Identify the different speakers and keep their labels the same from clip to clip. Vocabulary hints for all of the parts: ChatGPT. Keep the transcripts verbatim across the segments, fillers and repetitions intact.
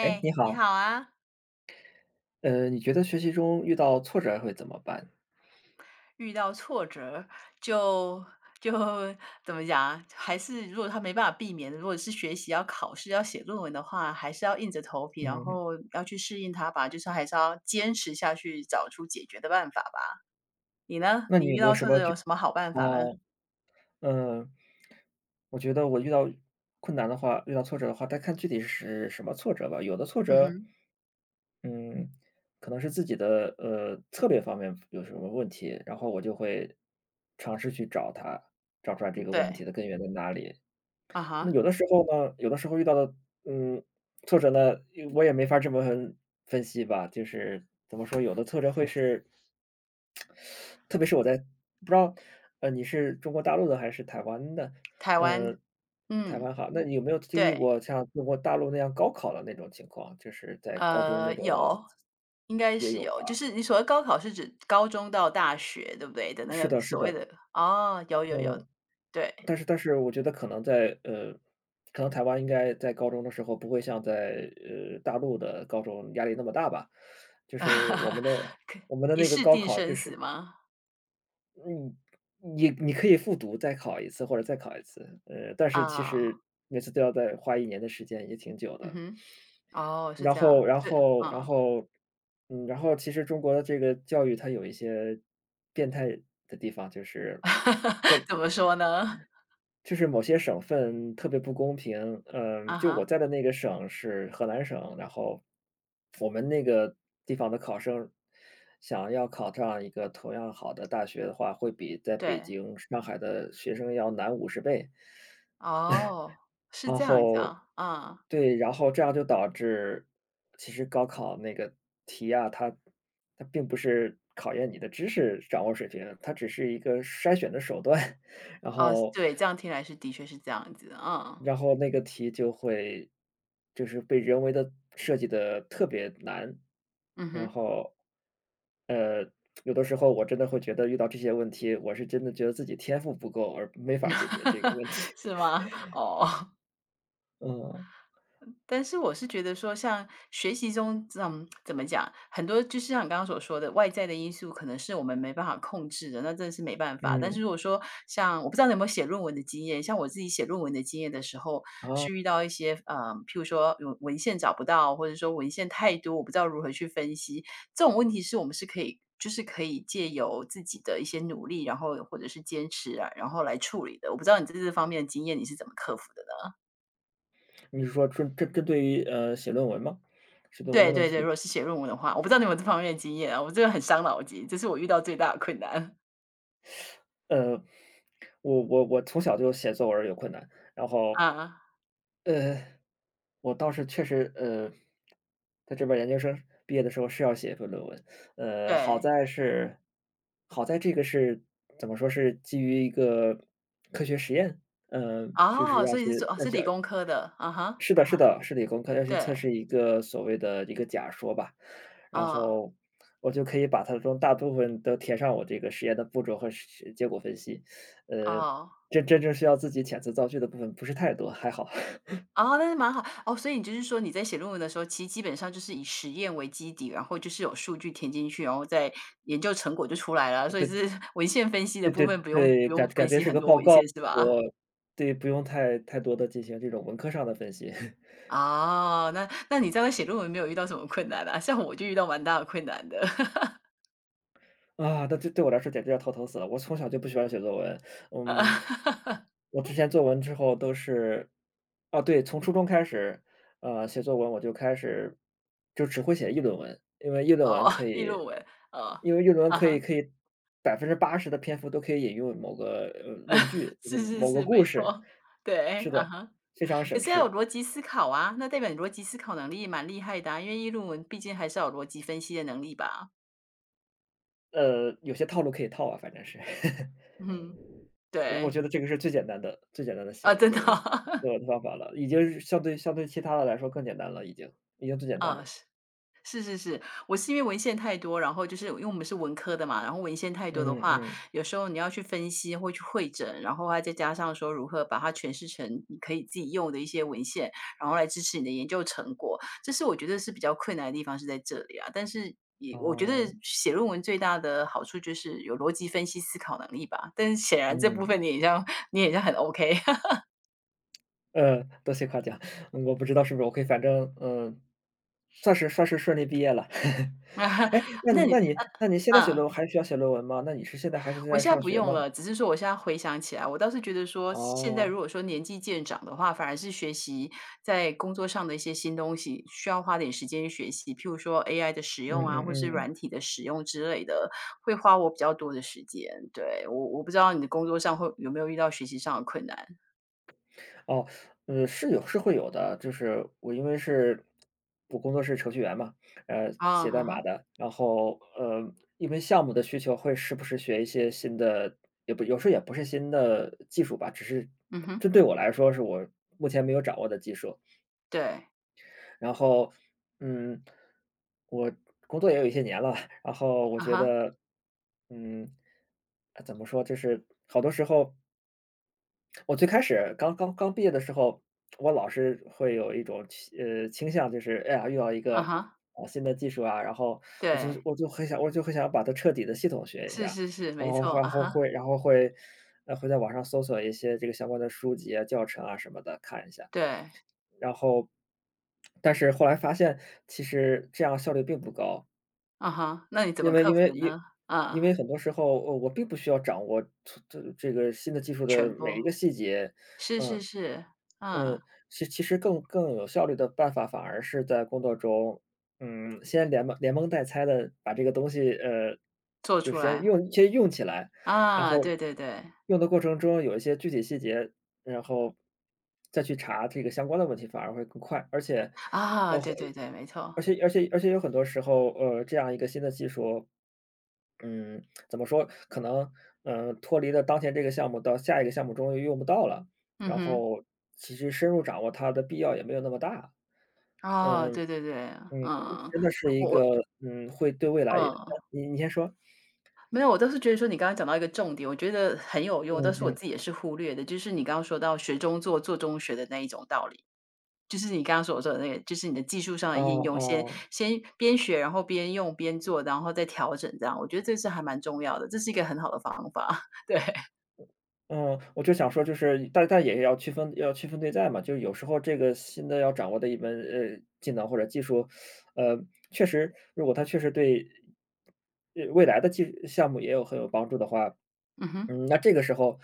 Speaker 1: 哎，你
Speaker 2: 你
Speaker 1: 好，
Speaker 2: 好啊！
Speaker 1: 呃，你觉得学习中遇到挫折会怎么办？
Speaker 2: 遇到挫折就就怎么讲啊？还是如果他没办法避免的，如果是学习要考试要写论文的话，还是要硬着头皮，然
Speaker 1: 嗯，
Speaker 2: 后要去适应它吧。就是还是要坚持下去，找出解决的办法吧。你呢？
Speaker 1: 那你
Speaker 2: 你
Speaker 1: 有
Speaker 2: 遇
Speaker 1: 没有
Speaker 2: 到
Speaker 1: 什
Speaker 2: 挫
Speaker 1: 么
Speaker 2: 折
Speaker 1: 具
Speaker 2: 有什么好办法呢？
Speaker 1: 哦，嗯，我觉得我遇到困难的话，遇到挫折的话，但看具体是什么挫折吧。有的挫
Speaker 2: 嗯
Speaker 1: 折，
Speaker 2: 哼。
Speaker 1: 嗯，可能是自己的呃策略方面有什么问题，然后我就会尝试去找它，找出来这个问
Speaker 2: 对。
Speaker 1: 题的根源在哪里。
Speaker 2: 啊
Speaker 1: 那
Speaker 2: 哈。
Speaker 1: 有的时候呢，有的时候遇到的，嗯，挫折呢，我也没法这么分分析吧。就是怎么说，有的挫折会是特别是我在不知道，呃，你是中国大陆的还是台湾的？
Speaker 2: 台
Speaker 1: 呃，
Speaker 2: 湾。
Speaker 1: 台
Speaker 2: 嗯。
Speaker 1: 湾好，那你有没有经历
Speaker 2: 对。
Speaker 1: 过像中国大陆那样高考的那种情况？就是在高中那
Speaker 2: 呃，
Speaker 1: 种
Speaker 2: 有，应该
Speaker 1: 也
Speaker 2: 是
Speaker 1: 有
Speaker 2: 有。就
Speaker 1: 吧？
Speaker 2: 是你所谓高考是指高中到大学，对不对？的那
Speaker 1: 是
Speaker 2: 个
Speaker 1: 的，是
Speaker 2: 所谓
Speaker 1: 的，
Speaker 2: 的。哦，有有有。
Speaker 1: 嗯。
Speaker 2: 对。
Speaker 1: 但是但是我觉得可能在呃，可能台湾应该在高中的时候不会像在呃大陆的高中压力那么大吧，就是我们的
Speaker 2: 可
Speaker 1: 我们的
Speaker 2: 一
Speaker 1: 那个
Speaker 2: 试
Speaker 1: 高
Speaker 2: 定
Speaker 1: 考
Speaker 2: 生
Speaker 1: 就
Speaker 2: 死
Speaker 1: 是
Speaker 2: 吗？
Speaker 1: 嗯，你你可以复读再考一次或者再考一次，呃，但是其
Speaker 2: 啊。
Speaker 1: 实每次都要再花一年的时间，也挺久
Speaker 2: 嗯
Speaker 1: 的。
Speaker 2: 哼。哦，是
Speaker 1: 然
Speaker 2: 这
Speaker 1: 后
Speaker 2: 样，
Speaker 1: 然
Speaker 2: 是。
Speaker 1: 后然
Speaker 2: 嗯。
Speaker 1: 后嗯，然后其实中国的这个教育它有一些变态的地方，就是在
Speaker 2: 怎么说呢？
Speaker 1: 就是某些省份特别不公平，嗯，
Speaker 2: 啊
Speaker 1: 就我
Speaker 2: 哈。
Speaker 1: 在的那个省是河南省，然后我们那个地方的考生想要考上一个同样好的大学的话，会比在北
Speaker 2: 对。
Speaker 1: 京、上海的学生要难五十倍。
Speaker 2: 哦，是
Speaker 1: 然
Speaker 2: 这样子
Speaker 1: 后
Speaker 2: 啊。嗯。
Speaker 1: 对，然后这样就导致其实高考那个题啊，它它并不是考验你的知识掌握水平，它只是一个筛选的手段。然
Speaker 2: 哦，
Speaker 1: 后
Speaker 2: 对，这样听来是的确是这样子。嗯。
Speaker 1: 然后那个题就会就是被人为的设计的特别难，
Speaker 2: 嗯
Speaker 1: 然
Speaker 2: 哼。
Speaker 1: 后，呃，有的时候我真的会觉得遇到这些问题，我是真的觉得自己天赋不够，而没法解决这个问题。
Speaker 2: 是 吗？哦。
Speaker 1: 嗯，
Speaker 2: 但是我是觉得说，像学习中，这种怎么讲，很多就是像你刚刚所说的，外在的因素可能是我们没办法控制的，那真的是没办法。但是
Speaker 1: 嗯
Speaker 2: 如果说像我不知道你有没有写论文的经验，像我自己写论文的经验的时 候，
Speaker 1: 啊，
Speaker 2: 是遇到一些，呃，譬如说有文献找不到，或者说文献太多，我不知道如何去分析，这种问题是我们是可以。就是可以借由自己的一些努力，然后或者是坚持啊，然后来处理的。我不知道你在这方面的经验你是怎么克服的呢？
Speaker 1: 你是说针针针对于，呃，写论文吗？写论文的
Speaker 2: 对
Speaker 1: 问
Speaker 2: 对对，如
Speaker 1: 题？
Speaker 2: 果是写论文的话，我不知道你有没有这方面的经验啊，我这个很伤脑筋，这是我遇到最大的困难。
Speaker 1: 呃，我我我从小就写作文儿有困难，然后，
Speaker 2: 啊。
Speaker 1: 呃我倒是确实，呃，在这边儿研究生毕业的时候是要写一份论文，呃，好
Speaker 2: 对。
Speaker 1: 在是，好在这个是怎么说是基于一个科学实验，嗯，就是
Speaker 2: 哦，
Speaker 1: 要
Speaker 2: 所以
Speaker 1: 去
Speaker 2: 是做哦，
Speaker 1: 要
Speaker 2: 是
Speaker 1: 去
Speaker 2: 理工科的。啊哈。
Speaker 1: 是的
Speaker 2: 嗯
Speaker 1: 是
Speaker 2: 哼。
Speaker 1: 的是理工科，要去
Speaker 2: 对。
Speaker 1: 测试一个所谓的一个假说吧，然
Speaker 2: 哦。
Speaker 1: 后我就可以把它中大部分都填上我这个实验的步骤和实结果分析，呃，
Speaker 2: 哦。
Speaker 1: 这真正需要自己遣词造句的部分不是太多，还好。
Speaker 2: 哦，那是蛮好，哦，所以你就是说你在写论文的时候，其实基本上就是以实验为基底，然后就是有数据填进去，然后再研究成果就出来了，所以 是 文献分析的
Speaker 1: 对
Speaker 2: 部
Speaker 1: 对
Speaker 2: 分不用
Speaker 1: 对，
Speaker 2: 不用
Speaker 1: 感感
Speaker 2: 分
Speaker 1: 觉
Speaker 2: 析
Speaker 1: 是
Speaker 2: 很
Speaker 1: 个
Speaker 2: 多
Speaker 1: 报
Speaker 2: 文
Speaker 1: 告，
Speaker 2: 献是吧？
Speaker 1: 我对，不用太太多的进行这种文科上的分析。
Speaker 2: 哦，那那你这样写论文没有遇到什么困难啊？像我就遇到蛮大的困难的。
Speaker 1: 啊，那这对我来说简直要头疼死了，我从小就不喜欢写作文，
Speaker 2: 呃，
Speaker 1: 嗯，我之前作文之后都是啊，对，从初中开始，呃，写作文我就开始就只会写议论文，因为议论文
Speaker 2: 哦，
Speaker 1: 可
Speaker 2: 议
Speaker 1: 以
Speaker 2: 论文。哦。
Speaker 1: 因为议论文
Speaker 2: 啊
Speaker 1: 可以
Speaker 2: 哈。
Speaker 1: 可以百分之八十的篇幅都可以引用某个，呃论据，就是
Speaker 2: 是是
Speaker 1: 某个
Speaker 2: 是，
Speaker 1: 故
Speaker 2: 没
Speaker 1: 事。
Speaker 2: 错。对。
Speaker 1: 是
Speaker 2: 啊
Speaker 1: 的，
Speaker 2: 哈。
Speaker 1: 非常
Speaker 2: 可
Speaker 1: 省
Speaker 2: 是要
Speaker 1: 事。
Speaker 2: 有逻辑思考啊，那代表你逻辑思考能力也蛮厉害的啊，因为议论文毕竟还是要有逻辑分析的能力吧？
Speaker 1: 呃，有些套路可以套啊，反正是。
Speaker 2: 嗯。
Speaker 1: 我
Speaker 2: 对。
Speaker 1: 觉得这个是最简单的最简单的写
Speaker 2: 啊，真
Speaker 1: 论
Speaker 2: 的
Speaker 1: 文的方
Speaker 2: 啊。
Speaker 1: 论文的 方法了，已经是相对相对其他的来说更简单了，已经已经最简单
Speaker 2: 啊，
Speaker 1: 了。
Speaker 2: 是。是是是，我是因为文献太多，然后就是因为我们是文科的嘛，然后文献太多的
Speaker 1: 嗯
Speaker 2: 话，
Speaker 1: 嗯，
Speaker 2: 有时候你要去分析或去会诊，然后还再加上说如何把它诠释成你可以自己用的一些文献，然后来支持你的研究成果，这是我觉得是比较困难的地方是在这里啊。但是也我觉得
Speaker 1: 哦，
Speaker 2: 写论文最大的好处就是有逻辑分析思考能力吧，但是显然这部
Speaker 1: 嗯，
Speaker 2: 分你也像你也像很 OK。
Speaker 1: 呃，多谢夸奖，嗯我不知道是不是 OK，反正，嗯，算是算是顺利毕业了。哎，那你
Speaker 2: 那你
Speaker 1: 那你
Speaker 2: 呃
Speaker 1: 那你现在写论
Speaker 2: 嗯。
Speaker 1: 文还需要写论文吗？那你是现在还是
Speaker 2: 我
Speaker 1: 在
Speaker 2: 现
Speaker 1: 上
Speaker 2: 在不
Speaker 1: 学
Speaker 2: 用
Speaker 1: 吗？
Speaker 2: 了，只是说我现在回想起来，我倒是觉得说，现在
Speaker 1: 哦，
Speaker 2: 如果说年纪渐长的话，反而是学习在工作上的一些新东西，需要花点时间去学习，譬如说 A I 的使
Speaker 1: 嗯
Speaker 2: 用啊，或是
Speaker 1: 嗯嗯。
Speaker 2: 软体的使用之类的，会花我比较多的时间。对，我我不知道你的工作上会有没有遇到学习上的困难
Speaker 1: 哦，嗯，是有是会有的，就是我因为是我工作是程序员嘛，呃，
Speaker 2: 啊？
Speaker 1: 写代
Speaker 2: 哈
Speaker 1: 码
Speaker 2: 哈。
Speaker 1: 的，然后，呃，因为项目的需求会时不时学一些新的，也不有时候也不是新的技术吧，只是
Speaker 2: 嗯
Speaker 1: 这
Speaker 2: 哼。
Speaker 1: 对我来说是我目前没有掌握的技术。
Speaker 2: 对。
Speaker 1: 然后，嗯，我工作也有一些年了，然后我
Speaker 2: 啊
Speaker 1: 觉
Speaker 2: 哈。
Speaker 1: 得，嗯，呃怎么说，就是好多时候我最开始刚刚刚毕业的时候，我老是会有一种倾呃，倾向，就是，哎呀，遇到一个，
Speaker 2: 啊哈。
Speaker 1: 啊，新的技术啊，然后我就
Speaker 2: 对。
Speaker 1: 我就很想我就很想把它彻底的系统学一
Speaker 2: 是
Speaker 1: 下，
Speaker 2: 是是，
Speaker 1: 然
Speaker 2: 没
Speaker 1: 后
Speaker 2: 错。
Speaker 1: 然
Speaker 2: 啊
Speaker 1: 后
Speaker 2: 哈。
Speaker 1: 会然后会，呃，会在网上搜索一些这个相关的书籍啊、教程啊什么的看一下。
Speaker 2: 对。
Speaker 1: 然后但是后来发现，其实这样效率并不高，
Speaker 2: 啊哈，那你怎
Speaker 1: 因
Speaker 2: 么
Speaker 1: 为
Speaker 2: 克
Speaker 1: 因
Speaker 2: 服
Speaker 1: 为
Speaker 2: 的
Speaker 1: 因
Speaker 2: 呢？
Speaker 1: 因
Speaker 2: 啊，
Speaker 1: 为很多时候，呃，我并不需要掌握这这这个新的技术的
Speaker 2: 全
Speaker 1: 每一
Speaker 2: 部。
Speaker 1: 个细节，
Speaker 2: 是是
Speaker 1: 嗯。
Speaker 2: 是。嗯。
Speaker 1: 嗯，其其实更更有效率的办法，反而是在工作中，嗯，先连蒙连蒙带猜的把这个东西，呃，
Speaker 2: 做
Speaker 1: 就
Speaker 2: 出
Speaker 1: 先
Speaker 2: 来。
Speaker 1: 用先用起来，然
Speaker 2: 啊，
Speaker 1: 后
Speaker 2: 对对对。
Speaker 1: 用的过程中有一些具体细节，然后再去查这个相关的问题，反而会更快。而且，
Speaker 2: 啊，
Speaker 1: 呃，会
Speaker 2: 对对对，没
Speaker 1: 而
Speaker 2: 错。
Speaker 1: 且而且而且有很多时候，呃，这样一个新的技术，嗯，怎么说，可能，嗯，脱离了当前这个项目到下一个项目中又用不到了。
Speaker 2: 嗯
Speaker 1: 然
Speaker 2: 哼。
Speaker 1: 后其实深入掌握它的必要也没有那么大。
Speaker 2: 哦，
Speaker 1: 嗯，
Speaker 2: 对对对。
Speaker 1: 嗯，
Speaker 2: 嗯。
Speaker 1: 真的是一
Speaker 2: 我
Speaker 1: 个，
Speaker 2: 我
Speaker 1: 嗯，会对未来也
Speaker 2: 嗯，
Speaker 1: 呃你你先说。
Speaker 2: 没有，我倒是觉得说你刚刚讲到一个重点，我觉得很有
Speaker 1: 嗯
Speaker 2: 用，但是我
Speaker 1: 嗯，
Speaker 2: 自己也是忽略的，就是你刚刚说到"学中做，做中学"的那一种道理。就是你刚刚所说的那个，就是你的技术上的应
Speaker 1: 哦
Speaker 2: 用，先
Speaker 1: 哦，
Speaker 2: 先边学，然后边用边做，然后再调整这样，我觉得这是还蛮重要的，这是一个很好的方法。对。
Speaker 1: 嗯，我就想说就是但但也要区分要区分对待嘛，就是有时候这个新的要掌握的一门，呃，技能或者技术，呃，确实如果它确实对对未来的技项目也有很有帮助的话，
Speaker 2: 嗯哼。
Speaker 1: 嗯，那这个时候，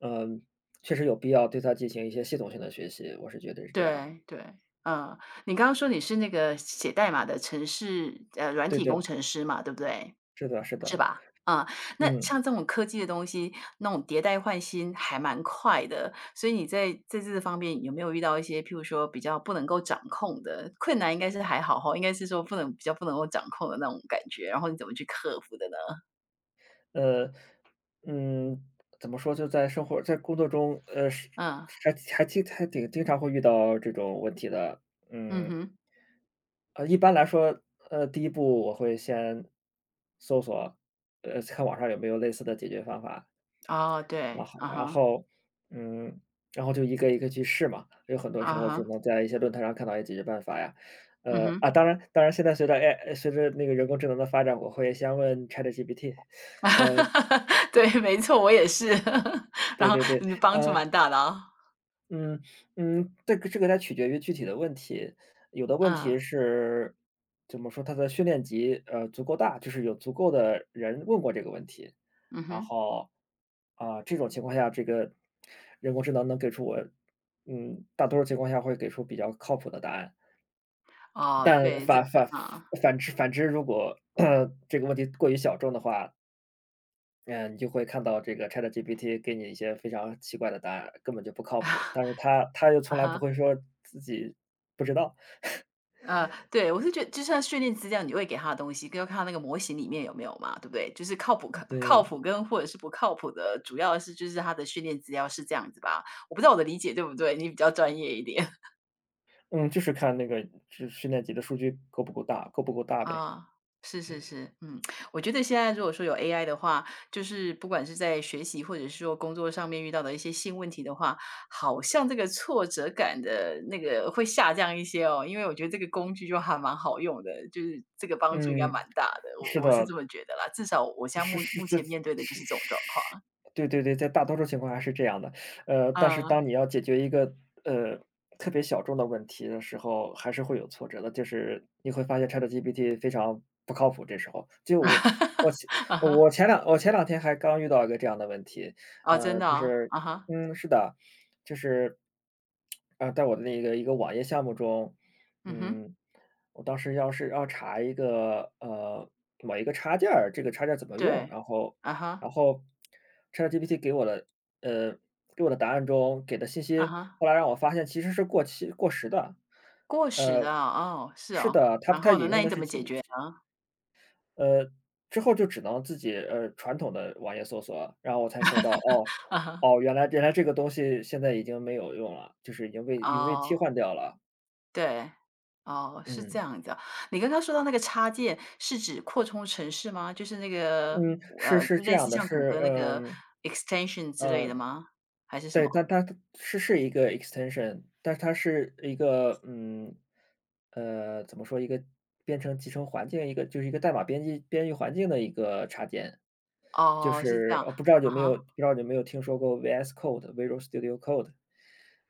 Speaker 1: 嗯，确实有必要对它进行一些系统性的学习，我是觉得是这样的。
Speaker 2: 对对。嗯，你刚刚说你是那个写代码的城市呃，软
Speaker 1: 对
Speaker 2: 体
Speaker 1: 对。
Speaker 2: 工程师嘛，对不对？
Speaker 1: 是的是
Speaker 2: 是
Speaker 1: 的，
Speaker 2: 吧？啊，那
Speaker 1: 嗯，
Speaker 2: 像这种科技的东西，那种迭代换新还蛮快的，所以你在在这方面有没有遇到一些，譬如说比较不能够掌控的困难？应该是还好哈，应该是说不能比较不能够掌控的那种感觉，然后你怎么去克服的呢？
Speaker 1: 呃，嗯，怎么说，就在生活在工作中，呃，是
Speaker 2: 嗯。
Speaker 1: 还还经还挺经常会遇到这种问题的。
Speaker 2: 嗯
Speaker 1: 嗯，
Speaker 2: 哼。
Speaker 1: 呃，一般来说，呃，第一步我会先搜索，呃，看网上有没有类似的解决方法，
Speaker 2: 哦，
Speaker 1: 然
Speaker 2: 对。
Speaker 1: 后
Speaker 2: 啊
Speaker 1: 然
Speaker 2: 哈。
Speaker 1: 后，嗯，然后就一个一个去试嘛，有很多时
Speaker 2: 啊
Speaker 1: 候只
Speaker 2: 哈。
Speaker 1: 能在一些论坛上看到一些解决办法呀。
Speaker 2: 嗯
Speaker 1: 呃，啊，
Speaker 2: 哼。
Speaker 1: 当然当然现在随着 a I，随着那个人工智能的发展，我会先问 ChatGPT，
Speaker 2: 哈
Speaker 1: 呃
Speaker 2: 哈哈。对，没错，我也是。然
Speaker 1: 对
Speaker 2: 后
Speaker 1: 对对，
Speaker 2: 嗯，帮助
Speaker 1: 呃，
Speaker 2: 蛮大的啊。
Speaker 1: 嗯嗯，这个这个它取决于具体的问题，有的问题
Speaker 2: 嗯。
Speaker 1: 是怎么说，它的训练集呃足够大，就是有足够的人问过这个问题，
Speaker 2: 嗯
Speaker 1: 然
Speaker 2: 哼。
Speaker 1: 后啊、这种情况下，这个人工智能能给出我，嗯，大多数情况下会给出比较靠谱的答案，
Speaker 2: 哦，
Speaker 1: 但
Speaker 2: 对，
Speaker 1: 反
Speaker 2: 这
Speaker 1: 反
Speaker 2: 啊。
Speaker 1: 反之反之，如果 这个问题过于小众的话，嗯，你就会看到这个 ChatGPT 给你一些非常奇怪的答案，根本就不 靠谱，
Speaker 2: 啊
Speaker 1: 但是他他又从来不
Speaker 2: 哈。
Speaker 1: 会说自己不知道。
Speaker 2: 呃，对，我是觉得就像训练资料，你会给他的东西，要看他那个模型里面有没有嘛，对不对？就是靠谱靠靠
Speaker 1: 对，
Speaker 2: 谱跟或者是不靠谱的，主要是就是他的训练资料是这样子吧？我不知道我的理解对不对，你比较专业一点。
Speaker 1: 嗯，就是看那个就是训练集的数据够不够大，够不够大呗。
Speaker 2: 啊。是是是。嗯，我觉得现在如果说有 A I 的话，就是不管是在学习或者是说工作上面遇到的一些新问题的话，好像这个挫折感的那个会下降一些哦，因为我觉得这个工具就还蛮好用的，就是这个帮助应该
Speaker 1: 嗯，
Speaker 2: 蛮大的，
Speaker 1: 是
Speaker 2: 我我是
Speaker 1: 的。
Speaker 2: 这么觉得啦，至少我现在
Speaker 1: 是
Speaker 2: 目
Speaker 1: 是
Speaker 2: 目
Speaker 1: 是
Speaker 2: 前面对的就
Speaker 1: 是
Speaker 2: 是这种状
Speaker 1: 是，
Speaker 2: 况。
Speaker 1: 对对对，在大多数情况下是这样的。呃，但是
Speaker 2: 嗯。
Speaker 1: 当你要解决一个呃特别小众的问题的时候，还是会有挫折的。就是你会发现 ChatGPT 非常不靠谱，这时候就我我 前
Speaker 2: 啊哈。
Speaker 1: 我前两我前两天还刚遇到一个这样的问题。
Speaker 2: 啊真
Speaker 1: 呃，
Speaker 2: 的
Speaker 1: 就
Speaker 2: 啊。
Speaker 1: 是
Speaker 2: 啊哈。
Speaker 1: 嗯，是的，就是啊、呃在我的那个一个网页项目中，
Speaker 2: 嗯哼。
Speaker 1: 嗯，我当时要是要查一个，呃，某一个插件儿，这个插件儿怎么用，
Speaker 2: 对。
Speaker 1: 然后
Speaker 2: 啊
Speaker 1: 然
Speaker 2: 哈。
Speaker 1: 后 ChatGPT 给我的，呃，给我的答案中给的信
Speaker 2: 啊
Speaker 1: 息，
Speaker 2: 哈。
Speaker 1: 后来让我发现其实是过期过时的。
Speaker 2: 过时
Speaker 1: 呃，
Speaker 2: 的哦，哦是
Speaker 1: 是
Speaker 2: 哦，
Speaker 1: 的，它
Speaker 2: 然
Speaker 1: 它
Speaker 2: 后
Speaker 1: 引
Speaker 2: 呢，那
Speaker 1: 用
Speaker 2: 你
Speaker 1: 的
Speaker 2: 怎
Speaker 1: 是
Speaker 2: 么
Speaker 1: 几
Speaker 2: 解决呢？
Speaker 1: 呃，之后就只能自己，呃，传统的网页搜索，然后我才搜到，哦，
Speaker 2: 啊哈。
Speaker 1: 哦，原来原来这个东西现在已经没有用了，就是已经被 已经被替
Speaker 2: 哦。
Speaker 1: 换掉了。
Speaker 2: 对。哦，是这
Speaker 1: 嗯。
Speaker 2: 样子啊。你刚刚说到那个插件是指扩充城市吗？就是那个，
Speaker 1: 嗯，是
Speaker 2: 呃，
Speaker 1: 是这
Speaker 2: 类
Speaker 1: 样
Speaker 2: 似
Speaker 1: 的，
Speaker 2: 像谷
Speaker 1: 是，
Speaker 2: 歌那个
Speaker 1: 嗯，
Speaker 2: extension 之类
Speaker 1: 呃，
Speaker 2: 的吗？还是什
Speaker 1: 对，
Speaker 2: 么？
Speaker 1: 它它是是一个 extension，但是它是一个，嗯，呃，怎么说，一个编程集成环境，一个就是一个代码编辑编辑环境的一个插件。就
Speaker 2: 哦，是这
Speaker 1: 是，
Speaker 2: 样。
Speaker 1: 呃，不知道有
Speaker 2: 啊
Speaker 1: 没有
Speaker 2: 哈。
Speaker 1: 不知道有没有听说过 V S Code，Visual Studio Code？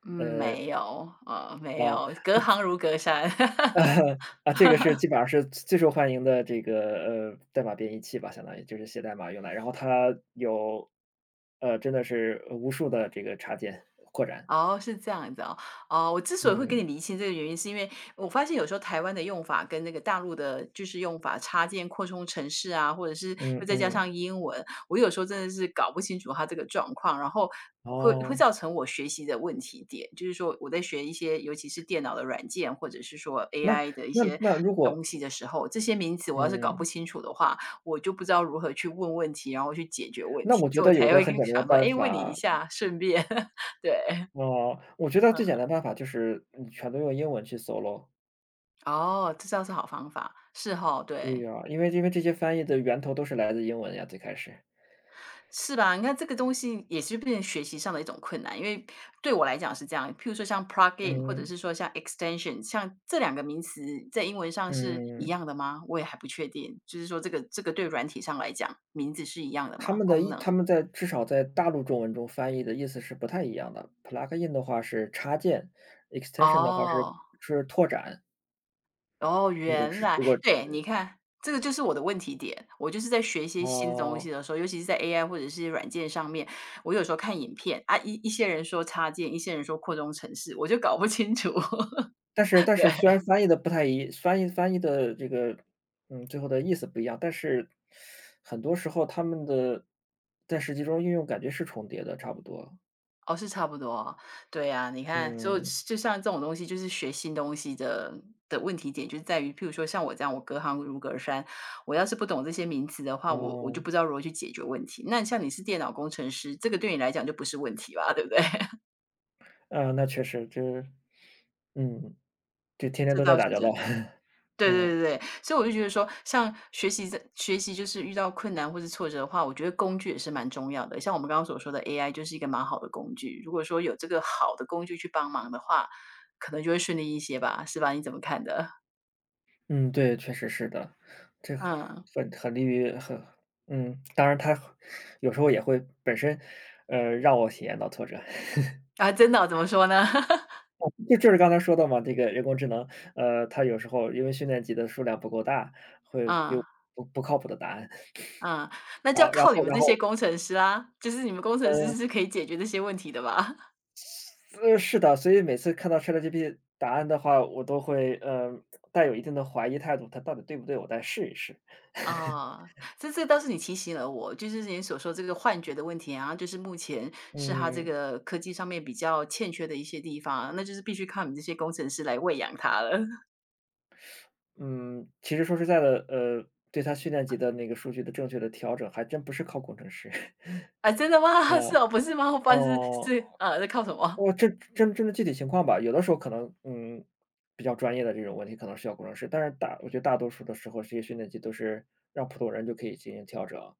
Speaker 2: 嗯，没有，呃，没
Speaker 1: 啊。
Speaker 2: 有，隔行如隔山。
Speaker 1: 啊，这个是基本上是最受欢迎的这个，呃，代码编译器吧，相当于就是写代码用来，然后它有，呃，真的是无数的这个插件扩展。
Speaker 2: 哦，是这样子哦。哦，我之所以会跟你
Speaker 1: 嗯，
Speaker 2: 厘清这个原因，是因为我发现有时候台湾的用法跟那个大陆的就是用法插件扩充程式啊，或者是
Speaker 1: 嗯
Speaker 2: 又再加
Speaker 1: 嗯，
Speaker 2: 上英文，我有时候真的是搞不清楚它这个状况，然后会会
Speaker 1: 哦，
Speaker 2: 造成我学习的问题点。就是说我在学一些，尤其是电脑的软件，或者是说
Speaker 1: 那
Speaker 2: A I 的一
Speaker 1: 那
Speaker 2: 些
Speaker 1: 那如果
Speaker 2: 东西的时候，这些名词我要是搞不
Speaker 1: 嗯，
Speaker 2: 清楚的话，我就不知道如何去问问题，然后去解决问
Speaker 1: 那
Speaker 2: 题，
Speaker 1: 我觉
Speaker 2: 所以我
Speaker 1: 得有
Speaker 2: 才
Speaker 1: 个
Speaker 2: 会
Speaker 1: 很
Speaker 2: 跟
Speaker 1: 简单的
Speaker 2: 想说，
Speaker 1: 办
Speaker 2: 哎，问你一
Speaker 1: 法，
Speaker 2: 下，顺便。 对。
Speaker 1: 哦，我觉得最简单的办法就是你全都用英文去搜咯。
Speaker 2: 哦，这倒是好方法，是哈，
Speaker 1: 对
Speaker 2: 对。
Speaker 1: 呀，因为因为这些翻译的源头都是来自英文呀，最开始。
Speaker 2: 是吧？你看这个东西也是变成学习上的一种困难，因为对我来讲是这样，譬如说像 plugin 或者
Speaker 1: 嗯。
Speaker 2: 是说像 extension,像这两个名词在英文上是一
Speaker 1: 嗯。
Speaker 2: 样的吗？我也还不确定，就是说这个这个对软体上来讲，名字是一样的
Speaker 1: 他
Speaker 2: 吗？
Speaker 1: 们的
Speaker 2: 功
Speaker 1: 意他
Speaker 2: 能？
Speaker 1: 们在至少在大陆中文中翻译的意思是不太一样的，plug in 的话是插件，extension 的话是
Speaker 2: 哦。
Speaker 1: 是拓展。
Speaker 2: 哦，
Speaker 1: 如果
Speaker 2: 原
Speaker 1: 是
Speaker 2: 来
Speaker 1: 如果
Speaker 2: 对，你看，这个就是我的问题点。我就是在学一些新东
Speaker 1: 哦，
Speaker 2: 西的时候，尤其是在 A I 或者是软件上面，我有时候看影片啊，一一些人说插件，一些人说扩充程式，我就搞不清楚。
Speaker 1: 但是 但
Speaker 2: 对。
Speaker 1: 是虽然翻译的不太一翻译翻译的这个，嗯，最后的意思不一样，但是很多时候他们的在实际中应用感觉是重叠的，差不多。
Speaker 2: 哦，是差不多哦。对啊，你看，所以
Speaker 1: 嗯，
Speaker 2: 就像这种东西，就是学新东西的的问题点，就是在于，譬如说像我这样，我隔行如隔山，我要是不懂这些名词的话，我我就
Speaker 1: 哦，
Speaker 2: 不知道如何去解决问题。那像你是电脑工程师，这个对你来讲就不是问题吧，对不对？
Speaker 1: 啊，那确实。这嗯，就天天
Speaker 2: 这
Speaker 1: 都在
Speaker 2: 倒是
Speaker 1: 打交道。
Speaker 2: 真的。对对
Speaker 1: 嗯。
Speaker 2: 对对，所以我就觉得说，像学习这学习就是遇到困难或是挫折的话，我觉得工具也是蛮重要的。像我们刚刚所说的 A I 就是一个蛮好的工具，如果说有这个好的工具去帮忙的话，可能就会顺利一些吧，是吧？你怎么看的？
Speaker 1: 嗯，对，确实是的。这
Speaker 2: 嗯。
Speaker 1: 很很利于很嗯，当然他有时候也会本身，呃，让我体验到挫折。
Speaker 2: 啊，真的哦怎么说呢？
Speaker 1: 就就是刚才说的嘛，这个人工智能，呃，它有时候因为训练集的数量不够大，会给我
Speaker 2: 嗯
Speaker 1: 不不靠谱的答案。
Speaker 2: 嗯，那就
Speaker 1: 然
Speaker 2: 要
Speaker 1: 后然
Speaker 2: 靠你
Speaker 1: 后
Speaker 2: 们
Speaker 1: 然
Speaker 2: 这
Speaker 1: 后，
Speaker 2: 些工程师啦，就是你们工程
Speaker 1: 呃，
Speaker 2: 师是可以解决这些问题的吧？
Speaker 1: 呃，是的，所以每次看到 ChatGPT 答案的话，我都会，呃，带有一定的怀疑态度，它到底对不对，我再试一试。
Speaker 2: 啊，这这倒是你提醒了我，就是你所说这个幻觉的问题啊，就是目前是它这
Speaker 1: 嗯。
Speaker 2: 个科技上面比较欠缺的一些地方啊，那就是必须靠你们这些工程师来喂养它了。
Speaker 1: 嗯，其实说实在的，呃，对它训练集的那个数据的正确的调整，还真不是靠工程师。
Speaker 2: 啊，真的
Speaker 1: 啊，
Speaker 2: 吗？是哦，不是吗？我不然是
Speaker 1: 哦，
Speaker 2: 是呃，在靠什么？
Speaker 1: 我这真真的具体情况吧，有的时候可能，嗯，比较专业的这种问题可能需要工程师，但是大我觉得大多数的时候，这些训练集都是让普通人就可以进行调整。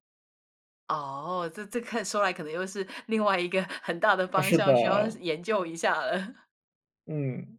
Speaker 2: 哦，这这看说来可能又是另外一个很大的
Speaker 1: 啊，
Speaker 2: 方
Speaker 1: 是的，
Speaker 2: 向，需要研究一下了。
Speaker 1: 嗯。